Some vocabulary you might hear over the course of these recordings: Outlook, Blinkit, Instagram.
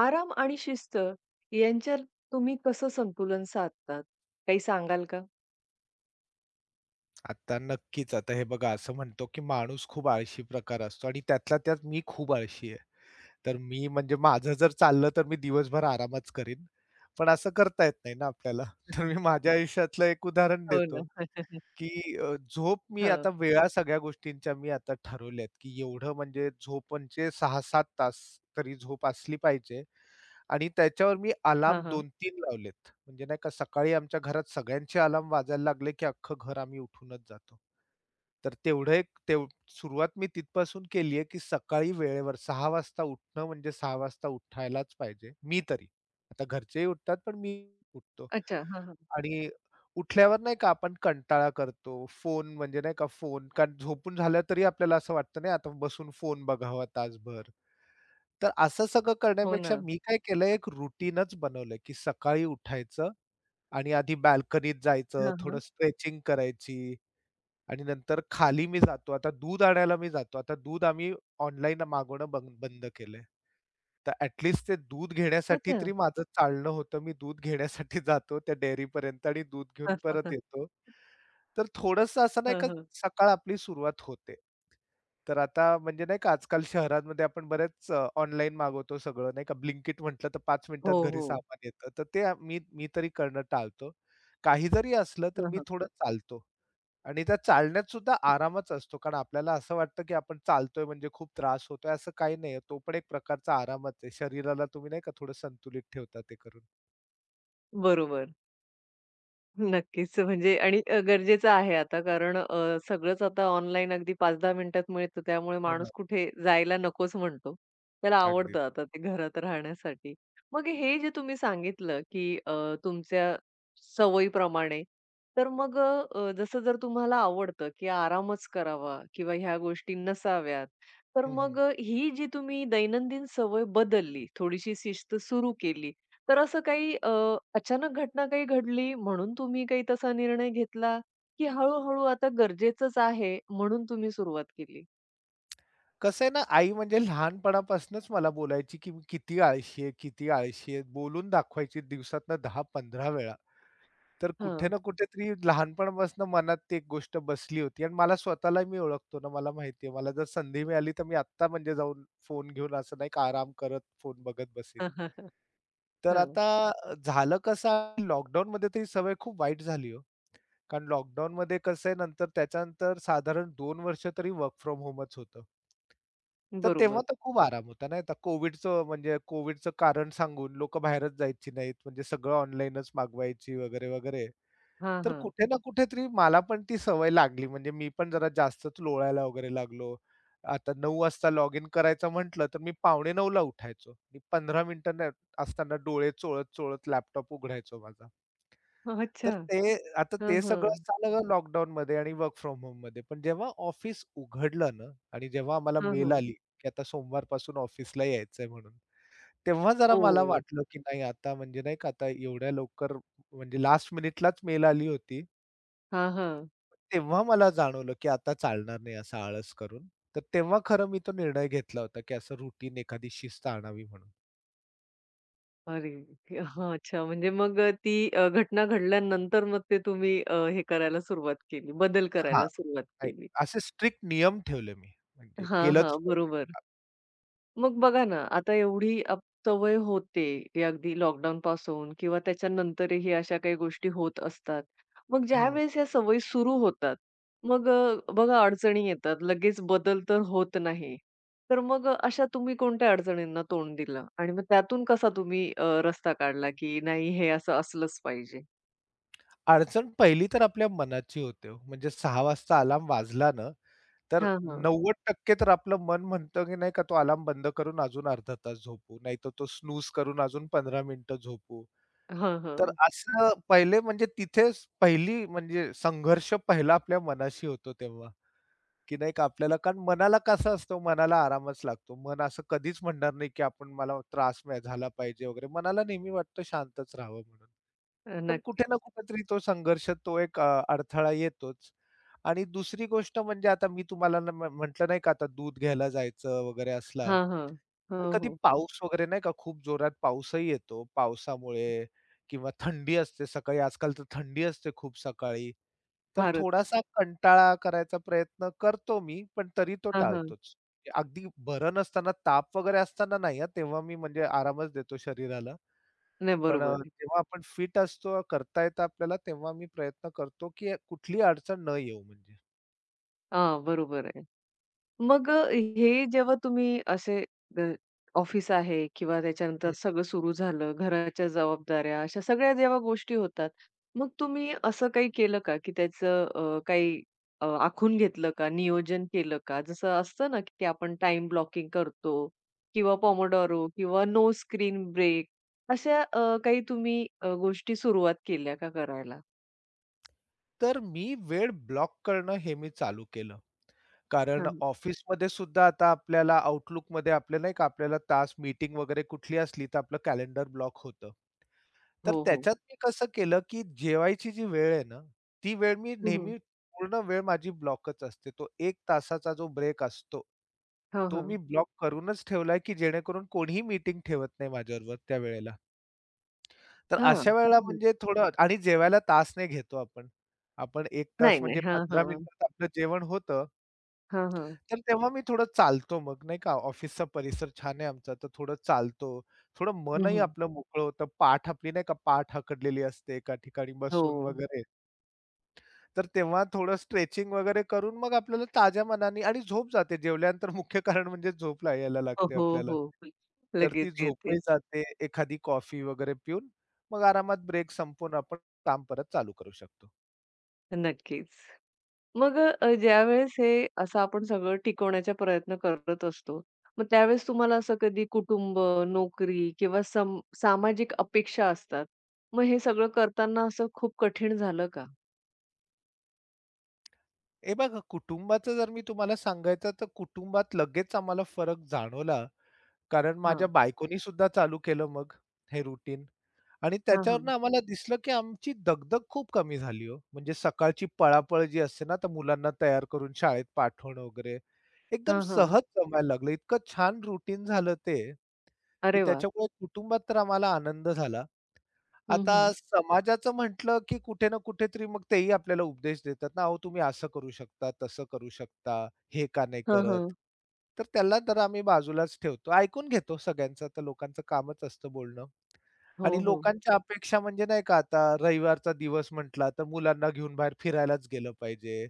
आराम आणि शिस्त यांच्यात तुम्ही कसं संतुलन साधतात? काही सांगाल का? आता नक्कीच. आता हे बघा असं म्हणतो, की माणूस खूप आळशी प्रकार असतो आणि त्यातल्या त्यात मी खूप आळशी आहे. तर मी म्हणजे माझं जर चाललं तर मी दिवसभर आरामच करीन. पण असं करता येत नाही ना आपल्याला. तर मी माझ्या आयुष्यातलं एक उदाहरण हो देतो. ना. की झोप मी हो. आता वेळा सगळ्या गोष्टींच्या मी आता ठरवल्यात, की एवढं म्हणजे झोप म्हणजे 6-7 तास तरी झोप असली पाहिजे आणि त्याच्यावर मी अलार्म हां, हां. 2-3 लावलेत. म्हणजे नाही का सकाळी आमच्या घरात सगळ्यांचे अलार्म वाजायला लागले, की अख्खं घर आम्ही उठूनच जातो. तर तेवढं एक सुरुवात मी तिथपासून केली आहे, की सकाळी वेळेवर 6 वाजता उठणं म्हणजे 6 वाजता उठायलाच पाहिजे, मी तरी. आता घरचेही उठतात, पण मी उठतो. अच्छा. हां, हां. आणि उठल्यावर नाही का आपण कंटाळा करतो. फोन म्हणजे नाही का फोन कारण झोपून झालं तरी आपल्याला असं वाटतं नाही आता बसून फोन बघावा तासभर. तर असं सगळं हो करण्यापेक्षा ना. मी काय केलं एक रुटीनच बनवलं, की सकाळी उठायचं आणि आधी बाल्कनीत जायचं, हां, थोडं हां. स्ट्रेचिंग करायची आणि नंतर खाली मी जातो. आता दूध आणायला मी जातो. आता दूध आम्ही ऑनलाईन मागवणं बंद बंद केलंय. तर ते दूध घेण्यासाठी अच्छा. तरी माझं चालणं होतं. मी दूध घेण्यासाठी जातो त्या डेअरीपर्यंत आणि दूध घेऊन परत येतो. तर थोडंसं असं नाही हां, हां, का हां. सकाळ आपली सुरुवात होते. तर आता म्हणजे नाही का आजकाल शहरांमध्ये आपण बरेच ऑनलाईन मागवतो सगळं नाही का. Blinkit म्हटलं तर पाच हो, मिनिटात घरी हो. सामान येतं. तर ते आ मी मी तरी करणं टाळतो. काही जरी असलं तर हां, मी हां. थोडं चालतो आणि त्या चालण्यात सुद्धा आरामच असतो. कारण आपल्याला असं वाटतं, की आपण चालतोय म्हणजे खूप त्रास होतोय असं काही नाहीये. तो पण एक प्रकारचा आरामच आहे. शरीराला तुम्ही नाही का थोडं संतुलित ठेवता ते करून. बरोबर. नक्कीच. म्हणजे आणि गरजेचं आहे आता कारण सगळंच आता ऑनलाईन अगदी 5-10 मिनिटात मिळतं. त्यामुळे हो ना. माणूस कुठे जायला नकोच म्हणतो. त्याला अगदी. आवडतं आता ते घरात राहण्यासाठी. मग हे जे तुम्ही सांगितलं, की तुमच्या सवयीप्रमाणे, तर मग जसं जर तुम्हाला आवडतं, की आरामच करावा किंवा ह्या गोष्टी नसाव्यात, तर मग ही जी तुम्ही दैनंदिन सवय बदलली, थोडीशी शिस्त सुरू केली, तर असं काही अचानक घटना काही घडली म्हणून तुम्ही काही तसा निर्णय घेतला, की हळू-हळू आता गरजेचंच आहे म्हणून तुम्ही सुरुवात केली? कसं आहे ना, आई म्हणजे लहानपणापासूनच मला बोलायची, की "मी किती आळशी आहे, किती आळशी आहे." बोलून दाखवायची दिवसातनं 10-15 वेळा. तर कुठे हां. ना कुठेतरी लहानपणापासून मनात ती एक गोष्ट बसली होती आणि मला स्वतःला मी ओळखतो ना, मला माहिती आहे. मला जर संधी मिळाली तर मी आत्ता म्हणजे जाऊन फोन घेऊन असं नाही का आराम करत फोन बघत बसेन. तर हां. आता झालं कसं लॉकडाऊनमध्ये तर ही सवय खूप वाईट झाली हो. कारण लॉकडाऊनमध्ये कसं आहे नंतर त्याच्यानंतर साधारण दोन वर्ष तरी वर्क फ्रॉम होमच होतं. तर तेव्हा बरोबर. तर खूप आराम होता नाही का. कोव्हिडचं म्हणजे कोव्हिडचं कारण सांगून लोकं बाहेरच जायची नाहीत. म्हणजे सगळं ऑनलाईनच मागवायची वगैरे, वगैरे. हां, तर हां. कुठे ना कुठेतरी मला पण ती सवय लागली. म्हणजे मी पण जरा जास्तच लोळायला वगैरे लागलो. आता 9:00 वाजता लॉग इन करायचं म्हटलं, तर मी 9:45ला उठायचो. मी 15 मिनिटं असताना डोळे चोळत, चोळत लॅपटॉप उघडायचो माझा. तर अच्छा. आता हां, ते सगळं हां. झालं लॉकडाऊनमध्ये आणि वर्क फ्रॉम होममध्ये. पण जेव्हा ऑफिस उघडलं ना आणि जेव्हा आम्हाला हां, मेल हां. आली, की आता सोमवारपासून ऑफिसला यायचंय म्हणून. तेव्हा जरा मला हो. वाटलं, की नाही आता म्हणजे नाही का आता एवढ्या लवकर म्हणजे लास्ट मिनिटलाच मेल आली होती. हां, हां. तेव्हा मला जाणवलं, की आता चालणार नाही असा आळस करून. तर तेव्हा खरं मी तो निर्णय घेतला होता, की असं रुटीन एखादी शिस्त आणावी म्हणून. अरे! हां, अच्छा. म्हणजे मग ती घटना घडल्यानंतर मग ते तुम्ही हे करायला सुरुवात केली, बदल हां, करायला सुरुवात नाही केली. असे स्ट्रिक्ट नियम ठेवले मी. म्हणजे हां, हां. केलंच पाहिजे. बरोबर. मग बघा ना, आता एवढी अप सवय होते, की अगदी लॉकडाऊनपासून किंवा त्याच्यानंतरही अशा काही गोष्टी होत असतात. मग हं. ज्यावेळेस या सवयी सुरू होतात, मग बघा अडचणी येतात. लगेच बदल तर होत नाही. तर मग अशा तुम्ही कोणत्या अडचणींना तोंड दिलं? आणि मग त्यातून कसा तुम्ही रस्ता काढला, की नाही हे असं असलंच पाहिजे? अडचण पहिली तर आपल्या मनाची होते हो. म्हणजे 6:00 वाजता अलार्म वाजला ना, तर हां, हां. 90% तर आपलं मन म्हणतं, की नाही का तो अलार्म बंद करून अजून अर्धा तास झोपू, नाहीतर तो स्नूज करून अजून 15 मिनिटं झोपू. हां, तर हां. असं पहिले म्हणजे तिथेच पहिली म्हणजे संघर्ष पहिला आपल्या मनाशी होतो तेव्हा, की नाही का आपल्याला कारण मनाला कसं असतं हो, मनाला आरामच लागतो. मन असं कधीच म्हणणार नाही, की आपण मला त्रास नाही झाला पाहिजे वगैरे. मनाला नेहमी वाटतं शांतच राहावं म्हणून. पण कुठे नक्कीच. ना कुठेतरी तो संघर्ष, तो एक अडथळा येतोच. आणि दुसरी गोष्ट म्हणजे आता मी तुम्हाला न म्ह म्हटलं नाही का आता दूध घ्यायला जायचं वगैरे असला, हां, हां. हो, तर कधी हो. पाऊस वगैरे नाही का खूप जोरात पाऊसही येतो. पावसामुळे किंवा थंडी असते सकाळी. आजकाल तर थंडी असते खूप सकाळी. तर फारच. थोडासा कंटाळा करायचा प्रयत्न करतो मी, पण तरी तो हां, हां. टाळतोच. अगदी बरं नसताना, ताप वगैरे असताना नाही हां, तेव्हा मी म्हणजे आरामच देतो शरीराला. नाही पण बरोबर आहे. जेव्हा आपण फिट असतो, करता येतं आपल्याला, तेव्हा मी प्रयत्न करतो, की कुठलीही अडचण न येऊ म्हणजे. हां, बरोबर आहे. मग हे जेव्हा तुम्ही असे अ, ऑफिस आहे किंवा त्याच्यानंतर हं. सगळं सुरू झालं, घराच्या जबाबदाऱ्या, अशा सगळ्या जेव्हा गोष्टी होतात, मग तुम्ही असं काही केलं का, की त्याचं काही आखून घेतलं का, नियोजन केलं का? जसं असतं ना, की आपण टाइम ब्लॉकिंग करतो किंवा पोमोडोरो किंवा नो स्क्रीन ब्रेक अशा काही तुम्ही गोष्टी सुरुवात केल्या का करायला? तर मी वेळ ब्लॉक करणं हे मी चालू केलं. कारण हां. ऑफिसमध्ये सुद्धा आता आपल्याला Outlookमध्ये आपल्याला नाही का आपल्याला तास मीटिंग वगैरे कुठली असली, तर आपलं कॅलेंडर ब्लॉक होतं. तर हो, हो. त्याच्यात मी कसं केलं, की जेवायची जी वेळ आहे ना, ती वेळ मी हं, हं. नेहमी पूर्ण वेळ माझी ब्लॉकच असते. तो एक तासाचा जो ब्रेक असतो, हां, तो मी हां. ब्लॉक करूनच ठेवलाय, की जेणेकरून कोणीही मीटिंग ठेवत नाही माझ्याबरोबर त्या वेळेला. तर हां. अशा वेळेला हं. म्हणजे थोडं आणि जेवायला तास नाही घेतो आपण. आपण एक तास नाही, नाही. म्हणजे हां, 15 हां. मिनिटात आपलं जेवण होतं. हां, हां. तर तेव्हा मी थोडं चालतो मग नाही का. ऑफिसचा परिसर छान आहे आमचा, तर थोडं चालतो. थोडं हं, मनही हं. आपलं मोकळं होतं. पाठ आपली नाही का पाठ हकडलेली असते एका ठिकाणी हो. बसून वगैरे. तर तेव्हा थोडं स्ट्रेचिंग वगैरे करून मग आपल्याला ताज्या मनाने आणि झोप जाते जेवल्यानंतर मुख्य कारण म्हणजे झोप ला यायला हो, लागते हो, आपल्याला. हो. तर ती लगेच येते. झोपही जाते, एखादी कॉफी वगैरे पिऊन मग आरामात ब्रेक संपवून आपण काम परत चालू करू शकतो. नक्कीच. मग ज्यावेळेस हे असं आपण सगळं टिकवण्याचा प्रयत्न करत असतो, मग त्यावेळेस तुम्हाला असं कधी कुटुंब, नोकरी किंवा सम सामाजिक अपेक्षा असतात. मग हे सगळं करताना असं खूप कठीण झालं का? हे बघा कुटुंबाचं जर मी तुम्हाला सांगायचं तर कुटुंबात लगेच आम्हाला फरक जाणवला कारण माझ्या हां. बायकोनी सुद्धा चालू केलं मग हे रुटीन. आणि हां, हां. त्याच्यावरनं आम्हाला दिसलं, की आमची दगदग खूप कमी झाली हो. म्हणजे सकाळची पळापळ जी असते ना, तर मुलांना तयार करून शाळेत पाठवणं वगैरे, एकदम हां, हां. सहज जमायला लागलं. इतकं छान रुटीन झालं ते, की अरे वाह! त्याच्यामुळे कुटुंबात तर आम्हाला आनंद झाला. हं, आता हं. समाजाचं म्हटलं, की कुठे ना कुठेतरी मग तेही आपल्याला उपदेश देतात ना, "अहो, तुम्ही असं करू शकता, तसं करू शकता, हे का नाही हां, करत?" हां. तर त्याला तर आम्ही बाजूलाच ठेवतो. ऐकून घेतो सगळ्यांचं. आता लोकांचं कामच असतं बोलणं हो, आणि हो. लोकांच्या अपेक्षा म्हणजे नाही का, आता रविवारचा दिवस म्हटला, तर मुलांना घेऊन बाहेर फिरायलाच गेलं पाहिजे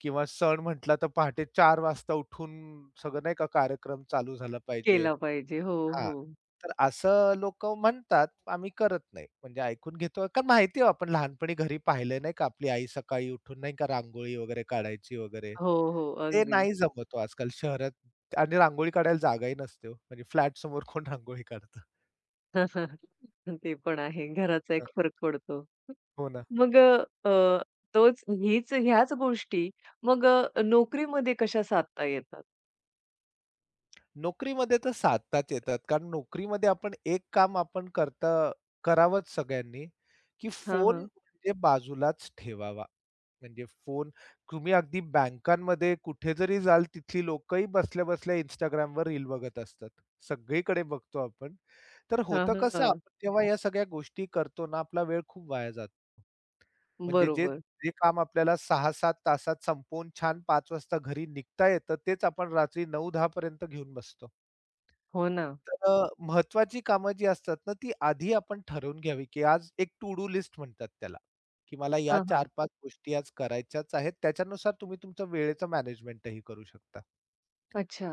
किंवा सण म्हटला, तर पहाटे 4 वाजता उठून सगळं नाही का कार्यक्रम चालू झाला पाहिजे. केला पाहिजे. हो, हां. हो. तर असं लोकं म्हणतात, आम्ही करत नाही. म्हणजे ऐकून घेतो. कारण माहिती आहे आपण लहानपणी घरी पाहिले नाही का, आपली आई सकाळी उठून नाही का रांगोळी वगैरे काढायची वगैरे. हो, हो. ते अगदी. नाही जमत हो आजकाल शहरात आणि रांगोळी काढायला जागाही नसते हो. म्हणजे फ्लॅटसमोर कोण रांगोळी काढतं? ते पण आहे. घराचा हं. एक फरक पडतो. हो ना. मग तोच हीच ह्याच गोष्टी मग नोकरीमध्ये कशा साधता येतात? नोकरीमध्ये तर साधताच येतात. कारण नोकरीमध्ये आपण एक काम आपण करता करावंच सगळ्यांनी, की हां, फोन हां. म्हणजे बाजूलाच ठेवावा. म्हणजे फोन तुम्ही अगदी बँकांमध्ये कुठे जरी जाल, तिथली लोकही बसल्या-बसल्या Instagramवर रील बघत असतात. सगळीकडे बघतो आपण. तर हां, होतं कसं, हां. आपण जेव्हा या सगळ्या गोष्टी करतो ना, आपला वेळ खूप वाया जातो. म्हणजे जे बरोबर. जे काम आपल्याला 6-7 तासात संपवून छान 5 वाजता घरी निघता येतं, तेच आपण रात्री 9-10 पर्यंत घेऊन बसतो. हो ना. तर महत्त्वाची कामं जी असतात ना, ती आधी आपण ठरवून घ्यावी, की आज एक टू डू लिस्ट म्हणतात त्याला, की मला या हां, हां. चार 5 गोष्टी आज करायच्याच आहेत. त्याच्यानुसार तुम्ही तुमचं वेळेचं मॅनेजमेंटही करू शकता. अच्छा.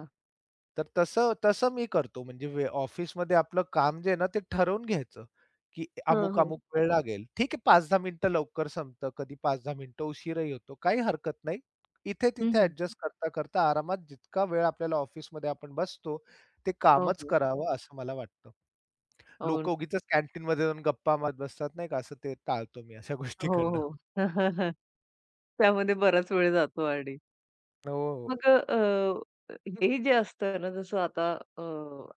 तर तसं तसं मी करतो. म्हणजे ऑफिसमध्ये आपलं काम जे आहे ना, ते ठरवून घ्यायचं, की हां, हां. अमुक-अमुक वेळ लागेल. ठीक आहे 5-10 मिनिटं लवकर संपतं, कधी 5-10 मिनिटं उशीरही होतो. काही हरकत नाही. हं, इथे-तिथे हं. ॲडजस्ट करता-करता आरामात जितका वेळ आपल्याला ऑफिसमध्ये आपण बसतो, ते हो, कामच हो. करावं असं मला वाटतं. हो, लोकं उगीचच कॅन्टीनमध्ये जाऊन गप्पा मारत बसतात नाही का, असं ते टाळतो मी अशा गोष्टी हो, करणं. हो. त्यामध्ये बराच वेळ जातो आणि हो, मग हे जे असतं ना, जसं आता अ,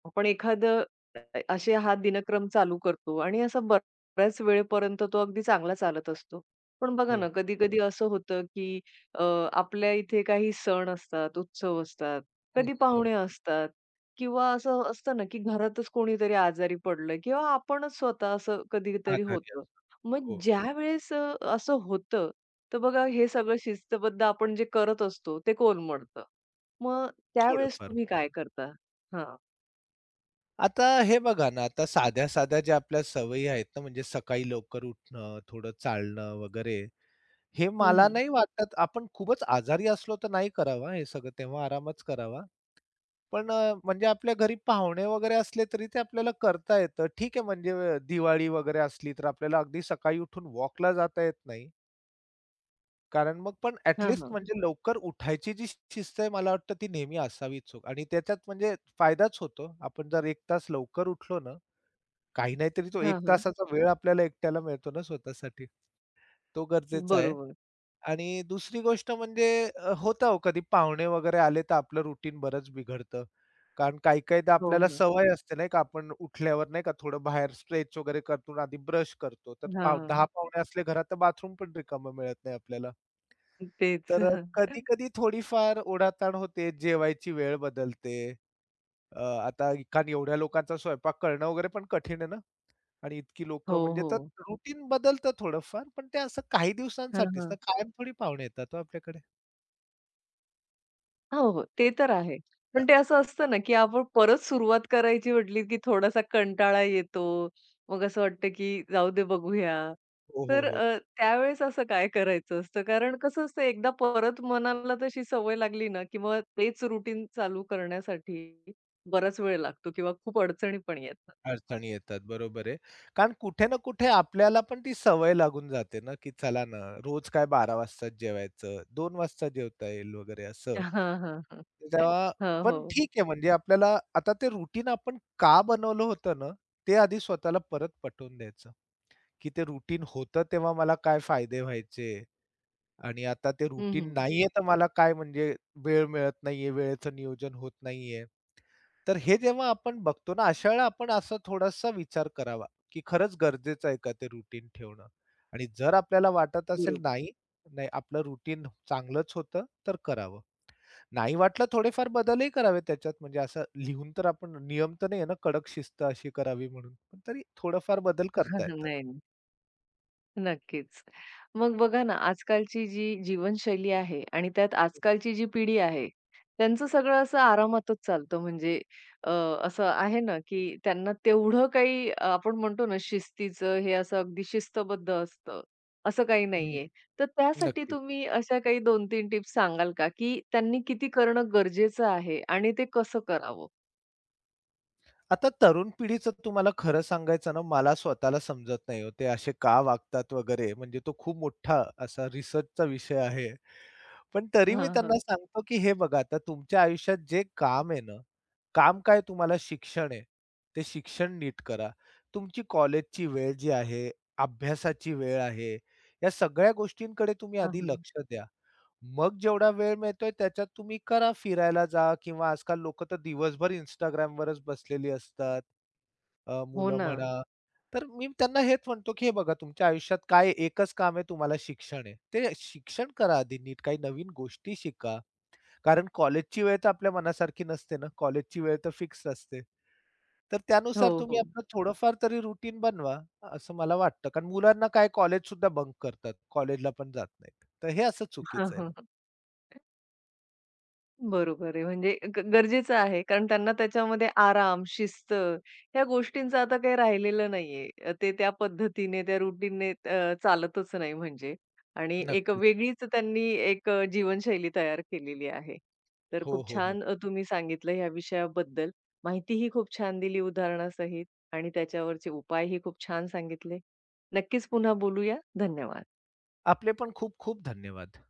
आपण एखादं असे हा दिनक्रम चालू करतो आणि असा बऱ्याच वेळेपर्यंत तो अगदी चांगला चालत असतो. पण बघा हो. ना, कधी-कधी असं होतं, की अ, आपल्या इथे काही सण असतात, उत्सव असतात, हं, कधी हं. पाहुणे असतात किंवा असं असतं ना, की घरातच कोणीतरी आजारी पडलं किंवा आपणच स्वतः असं कधीतरी आजारी होतं. असतो. मग हो, ज्यावेळेस असं होतं, तर बघा हे सगळं शिस्तबद्ध आपण जे करत असतो ते कोलमडतं. मग त्यावेळेस थोडंफार. तुम्ही काय करता? हां. आता हे बघा ना, आता साध्या-साध्या ज्या आपल्या सवयी आहेत ना, म्हणजे सकाळी लवकर उठणं, थोडं चालणं वगैरे, हे हं, मला हं. नाही वाटत आपण खूपच आजारी असलो तर नाही करावा हे सगळं, तेव्हा आरामच करावा. पण म्हणजे आपल्या घरी पाहुणे वगैरे असले तरी ते आपल्याला करता येतं. ठीक आहे, म्हणजे दिवाळी वगैरे असली तर आपल्याला अगदी सकाळी उठून वॉकला जाता येत नाही. कारण मग पण हां, ॲटलीस्ट हां. म्हणजे लवकर उठायची जी शिस्त आहे मला वाटतं ती नेहमी असावीच हो आणि त्याच्यात म्हणजे फायदाच होतो. आपण जर 1 तास लवकर उठलो ना काही नाहीतरी तो हां, 1 हां. तासाचा वेळ आपल्याला एकट्याला मिळतो ना स्वतःसाठी. तो गरजेचा आहे बरोबर. आणि दुसरी गोष्ट म्हणजे होतं हो कधी पाहुणे वगैरे आले तर आपलं रुटीन बरंच बिघडतं. कारण काही-काहीदा हो आपल्याला ना. सवय असते नाही का आपण उठल्यावर नाही का थोडं बाहेर स्ट्रेच वगैरे करतो आणि आधी ब्रश करतो. तर पाव 10 हां. पाहुणे असले घरात तर बाथरूम पण रिकामं मिळत नाही आपल्याला. तेच. तर कधी-कधी थोडीफार ओढाताण होते, जेवायची वेळ बदलते. अ, आता कारण एवढ्या लोकांचा स्वयंपाक करणं वगैरे पण कठीण आहे ना. आणि इतकी हो, लोकं म्हणजे तर हो. रुटीन बदलतं थोडंफार, पण ते असं काही हां, दिवसांसाठीच ना, हां. कायम थोडी पाहुणे येतात हो आपल्याकडे. हो, हो. ते तर आहे. अ, पण ते असं असतं ना, की आपण परत सुरुवात करायची म्हटली, की थोडासा कंटाळा येतो. मग असं वाटतं, की जाऊ दे बघूया. हो, हो, तर हो. त्यावेळेस असं काय करायचं असतं? कारण कसं असतं एकदा परत मनाला तशी सवय लागली ना, की मग तेच रुटीन चालू करण्यासाठी बराच वेळ लागतो किंवा खूप अडचणी पण येतात. अडचणी येतात, बरोबर आहे. कारण कुठे ना कुठे आपल्याला पण ती सवय लागून जाते ना, की चला ना, रोज काय 12 वाजताच जेवायचं, 2 वाजता जेवता येईल वगैरे असं. हां, हां, हां. तेव्हा हो, पण हो. ठीक आहे म्हणजे आपल्याला आता ते रुटीन आपण का बनवलं होतं ना, ते आधी स्वतःला परत पटवून द्यायचं, की ते रुटीन होतं तेव्हा मला काय फायदे व्हायचे. आणि आता ते हं, रुटीन हं. नाहीये तर मला काय म्हणजे वेळ मिळत नाहीये, वेळेचं नियोजन होत नाहीये. तर हे जेव्हा आपण बघतो ना, अशा वेळेला आपण असा थोडासा विचार करावा, की खरंच गरजेचं आहे का ते रुटीन ठेवणं? आणि जर आपल्याला वाटत असेल बरोबर. नाही, नाही आपलं रुटीन चांगलंच होतं, तर करावं. नाही वाटलं थोडेफार बदलही करावे त्याच्यात म्हणजे असं लिहून तर आपण नियम तर नाही आहे ना, कडक शिस्त अशी करावी म्हणून. पण तरी थोडंफार बदल करता येतात. नाही. नक्कीच. मग बघा ना, आजकालची जी जीवनशैली आहे आणि त्यात आजकालची जी पिढी आहे, त्यांचं सगळं असं आरामातच चालतं. म्हणजे अ, असं आहे ना, की त्यांना तेवढं काही आपण म्हणतो ना, शिस्तीचं हे असं अगदी शिस्तबद्ध असतं, असं काही हं, नाहीये. तर त्यासाठी नक्कीच. तुम्ही अशा काही 2-3 टिप्स सांगाल का, की त्यांनी किती करणं गरजेचं आहे आणि ते कसं करावं? आता तरुण पिढीचं तुम्हाला खरं सांगायचं ना, मला स्वतःला समजत नाही हो. ते असे का वागतात वगैरे, म्हणजे तो खूप मोठा असा रिसर्चचा विषय आहे. पण तरी मी हां, हां. त्यांना सांगतो, की हे बघा आता तुमच्या आयुष्यात जे काम आहे ना, काम काय तुम्हाला शिक्षण आहे, ते शिक्षण नीट करा. तुमची कॉलेजची वेळ जी आहे, अभ्यासाची वेळ आहे, या सगळ्या गोष्टींकडे तुम्ही हां, आधी हां. लक्ष द्या. मग जेवढा वेळ मिळतोय त्याच्यात तुम्ही करा, फिरायला जा किंवा आजकाल लोकं तर दिवसभर Instagramवरच बसलेली असतात. हो मुलं ना. म्हणा. तर मी त्यांना हेच म्हणतो, की हे बघा तुमच्या आयुष्यात काय एकच काम आहे तुम्हाला शिक्षण आहे. ते शिक्षण करा आधी नीट. काही नवीन गोष्टी शिका. कारण कॉलेजची वेळ तर आपल्या मनासारखी नसते ना. कॉलेजची वेळ तर फिक्स असते. तर हो, त्यानुसार तुम्ही हो. आपलं थोडंफार तरी रुटीन बनवा, असं मला वाटतं. कारण मुलांना काय कॉलेज सुद्धा बंक करतात. कॉलेजला पण जात नाहीत. तर हे असं चुकीचं आहे. बरोबर आहे. म्हणजे ग गरजेचं आहे. कारण त्यांना त्याच्यामध्ये आराम, शिस्त ह्या गोष्टींचं आता काही राहिलेलं नाहीये. ते त्या पद्धतीने, त्या रूटीनने चालतच नाही म्हणजे आणि एक नक्कीच. वेगळीच त्यांनी एक जीवनशैली तयार केलेली आहे. तर हो, खूप हो, हो. छान तुम्ही सांगितलं ह्या विषयाबद्दल. माहितीही खूप छान दिली उदाहरणासहित आणि त्याच्यावरचे उपायही खूप छान सांगितले. नक्कीच पुन्हा बोलूया. धन्यवाद. आपले पण खूप खूप धन्यवाद.